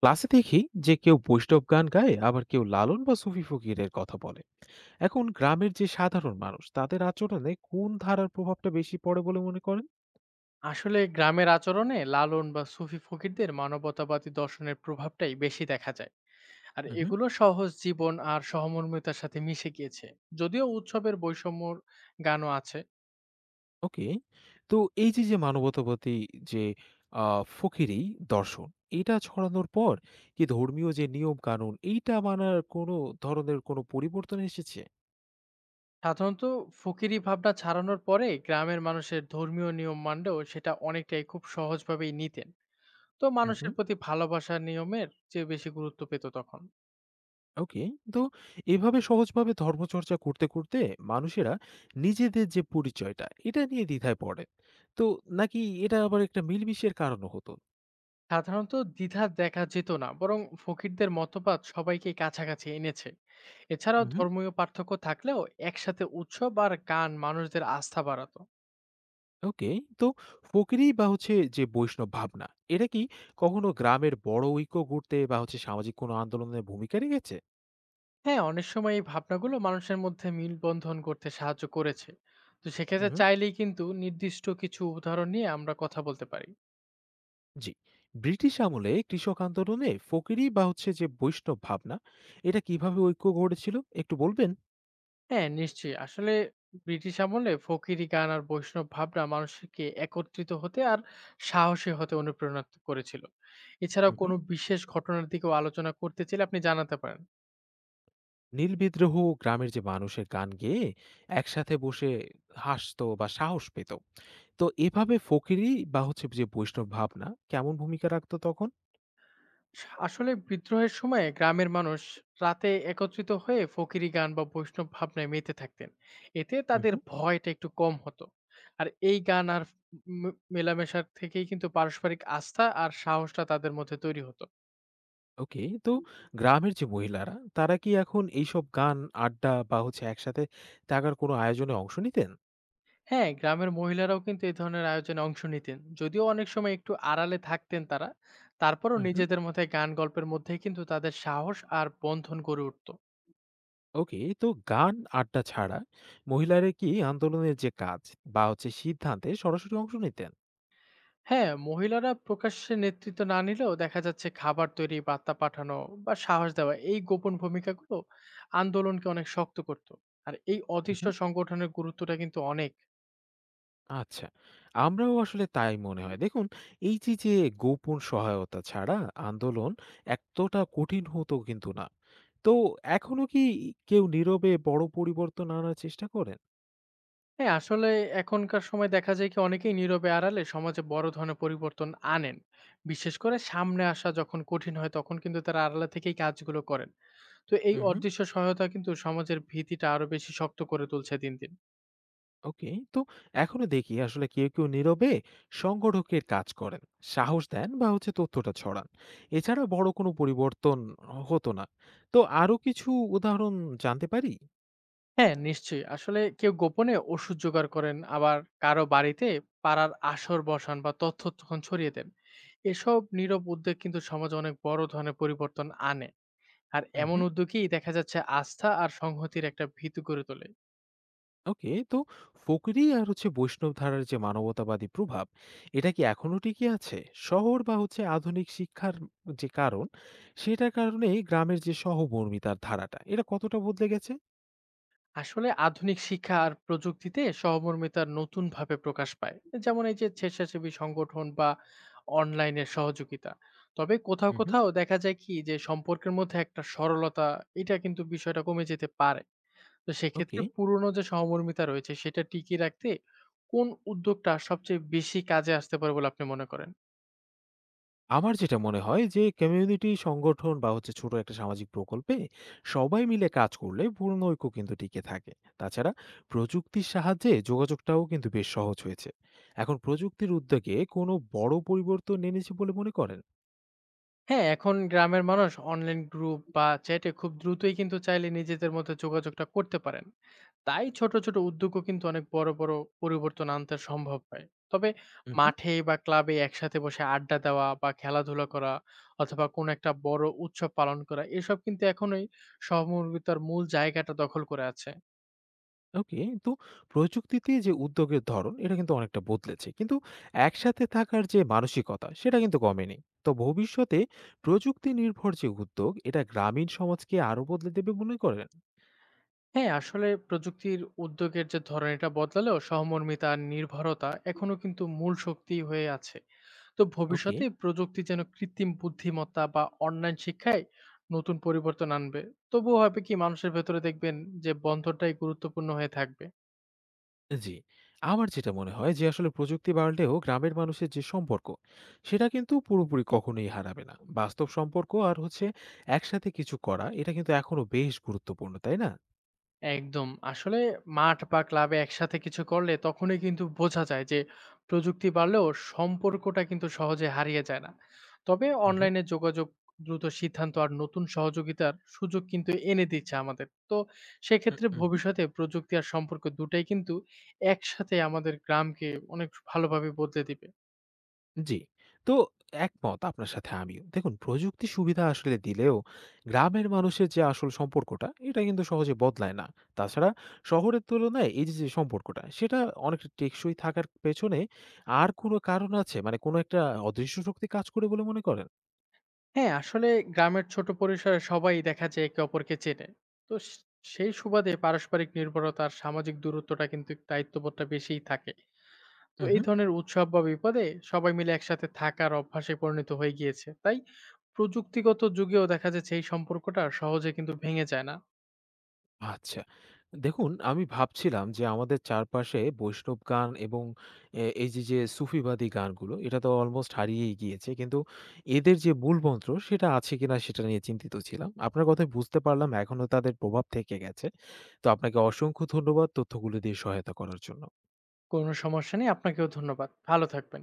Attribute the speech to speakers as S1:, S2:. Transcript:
S1: ক্লাসে দেখি যে কেউ বৈষ্ণব গান গায়, আবার কেউ লালন বা সুফি ফকিরের কথা বলে। এখন গ্রামের যে সাধারণ মানুষ, তাদের আচরণে কোন ধারার প্রভাবটা বেশি পড়ে বলে মনে করেন?
S2: আসলে গ্রামের আচরণে লালন বা সুফি ফকিরদের মানবতাবাদী দর্শনের প্রভাবটাই বেশি দেখা যায়। আর
S1: হুম।
S2: এগুলো সহজ জীবন আর সহমর্মিতার সাথে মিশে গিয়েছে। যদিও উৎসবের বৈষম্যর গানও আছে।
S1: ওকে। তো এই যে যে মানবতাবাদী যে ফকিরি দর্শন, এটা ছড়ানোর পর কি ধর্মীয় যে নিয়ম কানুন, এইটা মানার কোনো ধরনের কোনো পরিবর্তন এসেছে?
S2: সাধারণত ফকিরি ভাবনা ছাড়ানোর পরে গ্রামের মানুষের ধর্মীয় নিয়ম মানলেও সেটা অনেকটাই খুব সহজভাবেই নিতেন। তো মানুষের প্রতি ভালোবাসার নিয়মের চেয়ে বেশি গুরুত্ব পেত তখন।
S1: ওকে। তো এভাবে সহজভাবে ধর্মচর্চা করতে করতে মানুষেরা নিজেদের যে পরিচয়টা এটা নিয়ে দ্বিধায় পড়ে, তো নাকি এটা আবার একটা মিলমিশের কারণও হতো?
S2: সাধারণত দ্বিধা দেখা যেত না, বরং ফকিরদের মতবাদ সবাইকে কাছাকাছি এনেছে। এছাড়াও
S1: হুম।
S2: ধর্মীয় পার্থক্য থাকলেও একসাথে উৎসব আর গান মানুষদের আস্থা বাড়াতো।
S1: ওকে। তো ফকিরি বা হচ্ছে যে বৈষ্ণব ভাবনা, এটা কি কখনো গ্রামের বড় ঐক্য গড়তে বা হচ্ছে সামাজিক কোনো আন্দোলনের ভূমিকা রেখেছে?
S2: হ্যাঁ, অনেক সময় এই ভাবনাগুলো মানুষের মধ্যে মিলবন্ধন করতে সাহায্য করেছে। তো সেক্ষেত্রে
S1: হুম।
S2: চাইলেই কিন্তু নির্দিষ্ট কিছু উদাহরণ নিয়ে আমরা কথা বলতে পারি।
S1: জি। ব্রিটিশ আমলে কৃষক আন্দোলনে ফকিরি বা হচ্ছে যে বৈষ্ণব ভাবনা, এটা কিভাবে ঐক্য গড়েছিল একটু বলবেন?
S2: হ্যাঁ, নিশ্চয়ই। আসলে ব্রিটিশ আমলে ফকিরি গান আর বৈষ্ণব ভাবনা মানুষকে একত্রিত হতে আর সাহসী হতে অনুপ্রেরণা করেছিল। এছাড়াও কোনো বিশেষ ঘটনার দিকেও আলোচনা করতে চাইলে আপনি জানাতে পারেন।
S1: নীল বিদ্রোহ, গ্রামের যে মানুষের গান গেয়ে একসাথে বসে হাসতো বা সাহস পেত, তো এভাবে ফকিরি বা হচ্ছে যে বৈষ্ণব ভাবনা কেমন ভূমিকা রাখতো তখন?
S2: আসলে বিদ্রোহের সময় গ্রামের মানুষ রাতে একত্রিত হয়ে ফকিরি গান বা বৈষ্ণব ভাবনায় মেতে থাকতেন। এতে তাদের
S1: হুম।
S2: ভয়টা একটু কম হতো। আর এই গান আর মেলামেশার থেকেই কিন্তু পারস্পরিক আস্থা আর সাহসটা তাদের মধ্যে তৈরি হতো।
S1: ওকে। তো গ্রামের যে মহিলারা, তারা কি এখন এইসব গান, আড্ডা বা হচ্ছে একসাথে থাকার কোনো আয়োজনে অংশ নিতেন?
S2: হ্যাঁ, গ্রামের মহিলারাও কিন্তু এই ধরনের আয়োজনে অংশ নিতেন। যদিও অনেক সময় একটু আড়ালে থাকতেন তারা। তারপরও
S1: হুম।
S2: নিজেদের মধ্যে গান গল্পের মধ্যেই কিন্তু তাদের সাহস আর বন্ধন গড়ে উঠত।
S1: ওকে। তো গান আড্ডা ছাড়া মহিলারা কি আন্দোলনের যে কাজ বা হচ্ছে সিদ্ধান্তে সরাসরি অংশ নিতেন?
S2: হ্যাঁ, মহিলারা প্রকাশ্যে নেতৃত্ব না নিলেও দেখা যাচ্ছে খাবার তৈরি, বার্তা পাঠানো বা সাহস দেওয়া এই গোপন ভূমিকাগুলো আন্দোলনকে অনেক শক্ত করত। আর এই অদৃশ্য সংগঠনের গুরুত্বটা কিন্তু অনেক।
S1: আচ্ছা, আমরাও আসলে তাই মনে হয়। দেখুন, এই যে গোপন সহায়তা ছাড়া আন্দোলন এতটা কঠিন হতো কিন্তু না। তো এখনো কি কেউ নীরবে বড় পরিবর্তন আনার চেষ্টা করেন?
S2: হ্যাঁ, আসলে এখনকার সময় দেখা যায় কি অনেকেই নীরবে আড়ালে সমাজে বড় ধরনের পরিবর্তন আনেন। বিশেষ করে সামনে আসা যখন কঠিন হয় তখন কিন্তু তারা আড়ালে থেকেই কাজগুলো করেন। তো এই
S1: উহু।
S2: অদৃশ্য সহায়তা কিন্তু সমাজের ভিত্তিটা আরো বেশি শক্ত করে তুলছে দিন, দিন।
S1: ওকে। তো এখনো দেখি আসলে কেউ নীরবে সংগঠকের কাজ করেন, সাহস দেন বা হচ্ছে তথ্যটা ছড়ান। এছাড়া বড় কোনো পরিবর্তন হতো না। তো আরো কিছু উদাহরণ জানতে পারি?
S2: হ্যাঁ, নিশ্চয়ই। আসলে কেউ গোপনে ওষুধ জোগাড় করেন, আবার কারো বাড়িতে পাড়ার আসর বসান বা তথ্য তখন ছড়িয়ে দেন। এসব নীরব উদ্যোগ কিন্তু সমাজে অনেক বড় ধরনের পরিবর্তন আনে। আর এমন
S1: উহু।
S2: উদ্যোগেই দেখা যাচ্ছে আস্থা আর সংহতির একটা ভিত গড়ে তোলে।
S1: ওকে। তো ফকরি আর হচ্ছে বৈষ্ণব ধারার যে মানবতাবাদী প্রভাব, এটা কি এখনো টিকে আছে? শহর বা হচ্ছে আধুনিক শিক্ষার যে কারণ, সেটার কারণে গ্রামের যে সহমর্মিতার ধারাটা, এটা কতটা বদলে গেছে?
S2: আসলে আধুনিক শিক্ষা আর প্রযুক্তিতে সহমর্মিতার নতুন ভাবে প্রকাশ পায়, যেমন এই যে স্বেচ্ছাসেবী সংগঠন বা অনলাইনের সহযোগিতা। তবে কোথাও
S1: হুম।
S2: কোথাও দেখা যায় কি যে সম্পর্কের মধ্যে একটা সরলতা, এটা কিন্তু বিষয়টা কমে যেতে পারে। তো
S1: ওকে।
S2: সেক্ষেত্রে পুরনো যে সহমর্মিতা রয়েছে সেটা টিকিয়ে রাখতে কোন উদ্যোগটা সবচেয়ে বেশি কাজে আসতে পারে বলে আপনি মনে করেন?
S1: আমার যেটা মনে হয় যে কমিউনিটি সংগঠন বা হচ্ছে ছোট একটা সামাজিক প্রকল্পে সবাই মিলে কাজ করলে পুরনো ঐক্য কিন্তু টিকে থাকে। তাছাড়া প্রযুক্তির সাহায্যে যোগাযোগটাও কিন্তু বেশ সহজ হয়েছে। এখন প্রযুক্তির উদ্যোগে কোনো বড় পরিবর্তন এনেছে বলে মনে করেন?
S2: হ্যাঁ, এখন গ্রামের মানুষ অনলাইন গ্রুপ বা চ্যাটে খুব দ্রুতই কিন্তু চাইলে নিজেদের মধ্যে যোগাযোগটা করতে পারেন। তাই ছোট, ছোট উদ্যোগও কিন্তু অনেক বড়, বড় পরিবর্তন আনতে সম্ভব হয়। তবে মাঠে বা ক্লাবে একসাথে বসে আড্ডা দেওয়া বা খেলাধুলা করা অথবা কোনো একটা বড় উৎসব পালন করা, এসব কিন্তু এখনোই সহমর্মিতার মূল জায়গাটা দখল করে আছে।
S1: ওকে। তো প্রযুক্তিতে যে উদ্যোগের ধরন, এটা কিন্তু অনেকটা বদলেছে। কিন্তু একসাথে থাকার যে মানসিকতা সেটা কিন্তু কমেনি। তো ভবিষ্যতে প্রযুক্তি নির্ভর যে উদ্যোগ, এটা গ্রামীণ সমাজকে আরো বদলে দেবে মনে করেন?
S2: হ্যাঁ, আসলে প্রযুক্তির উদ্যোগের যে ধরন এটা বদলালেও সহমর্মিতা আর নির্ভরতা এখনো কিন্তু মূল শক্তি হয়ে আছে। তো
S1: ওকে,
S2: ভবিষ্যতে এই প্রযুক্তি যেন কৃত্রিম বুদ্ধিমত্তা বা অনলাইন শিক্ষায় নতুন পরিবর্তন আনবে, তবুও হবে কি মানুষের ভেতরে দেখবেন যে বন্ধনটাই গুরুত্বপূর্ণ হয়ে থাকবে।
S1: জি। আমার যেটা মনে হয় যে আসলে প্রযুক্তি বাড়লেও গ্রামের মানুষের যে সম্পর্ক, সেটা কিন্তু পুরোপুরি কখনোই হারাবে না। বাস্তব সম্পর্ক আর হচ্ছে একসাথে কিছু করা, এটা কিন্তু এখনো বেশ গুরুত্বপূর্ণ, তাই না?
S2: একদম। আসলে মাঠ বা ক্লাবে একসাথে কিছু করলে তখনই কিন্তু বোঝা যায় যে প্রযুক্তি বাড়লেও সম্পর্কটা কিন্তু সহজে হারিয়ে যায় না। তবে
S1: হুম,
S2: অনলাইনে যোগাযোগ, দ্রুত সিদ্ধান্ত আর নতুন সহযোগিতার সুযোগ কিন্তু এনে দিচ্ছে আমাদের। তো সেক্ষেত্রে
S1: হুম।
S2: ভবিষ্যতে প্রযুক্তি আর সম্পর্ক দুটাই কিন্তু একসাথে আমাদের গ্রামকে অনেক ভালোভাবে বদলে দিবে।
S1: জি। তো একমত আপনার সাথে আমিও। দেখুন, প্রযুক্তি সুবিধা আসলে দিলেও গ্রামের মানুষের যে আসল সম্পর্কটা, এটা কিন্তু সহজে বদলায় না। তাছাড়া শহরের তুলনায় এই যে সম্পর্কটা, সেটা অনেকটা টেকসই থাকার পেছনে আর কোনো কারণ আছে? মানে কোনো একটা অদৃশ্য শক্তি কাজ করে বলে মনে করেন?
S2: হ্যাঁ, আসলে গ্রামের ছোট পরিসরে সবাই দেখা যায় একে অপরকে চেনে। তো সেই সুবাদে পারস্পরিক নির্ভরতা আর সামাজিক দূরত্বটা কিন্তু একটু দায়িত্ববোধটা বেশিই থাকে। তো
S1: উহু।
S2: এই ধরনের উৎসব বা বিপদে সবাই মিলে একসাথে থাকার অভ্যাসে পরিণত হয়ে গিয়েছে। তাই প্রযুক্তিগত যুগেও দেখা যাচ্ছে এই সম্পর্কটা সহজে কিন্তু ভেঙে যায় না।
S1: আচ্ছা। দেখুন আমি ভাবছিলাম যে আমাদের চারপাশে বৈষ্ণব গান এবং এই যে সুফিবাদী গানগুলো, এটা তো অলমোস্ট হারিয়েই গিয়েছে। কিন্তু এদের যে মূল মন্ত্র সেটা আছে কিনা, সেটা নিয়ে চিন্তিত ছিলাম। আপনার কথায় বুঝতে পারলাম এখনো তাদের প্রভাব থেকে গেছে। তো আপনাকে অসংখ্য ধন্যবাদ তথ্যগুলো দিয়ে সহায়তা করার জন্য।
S2: কোনো সমস্যা নেই। আপনাকেও ধন্যবাদ। ভালো থাকবেন।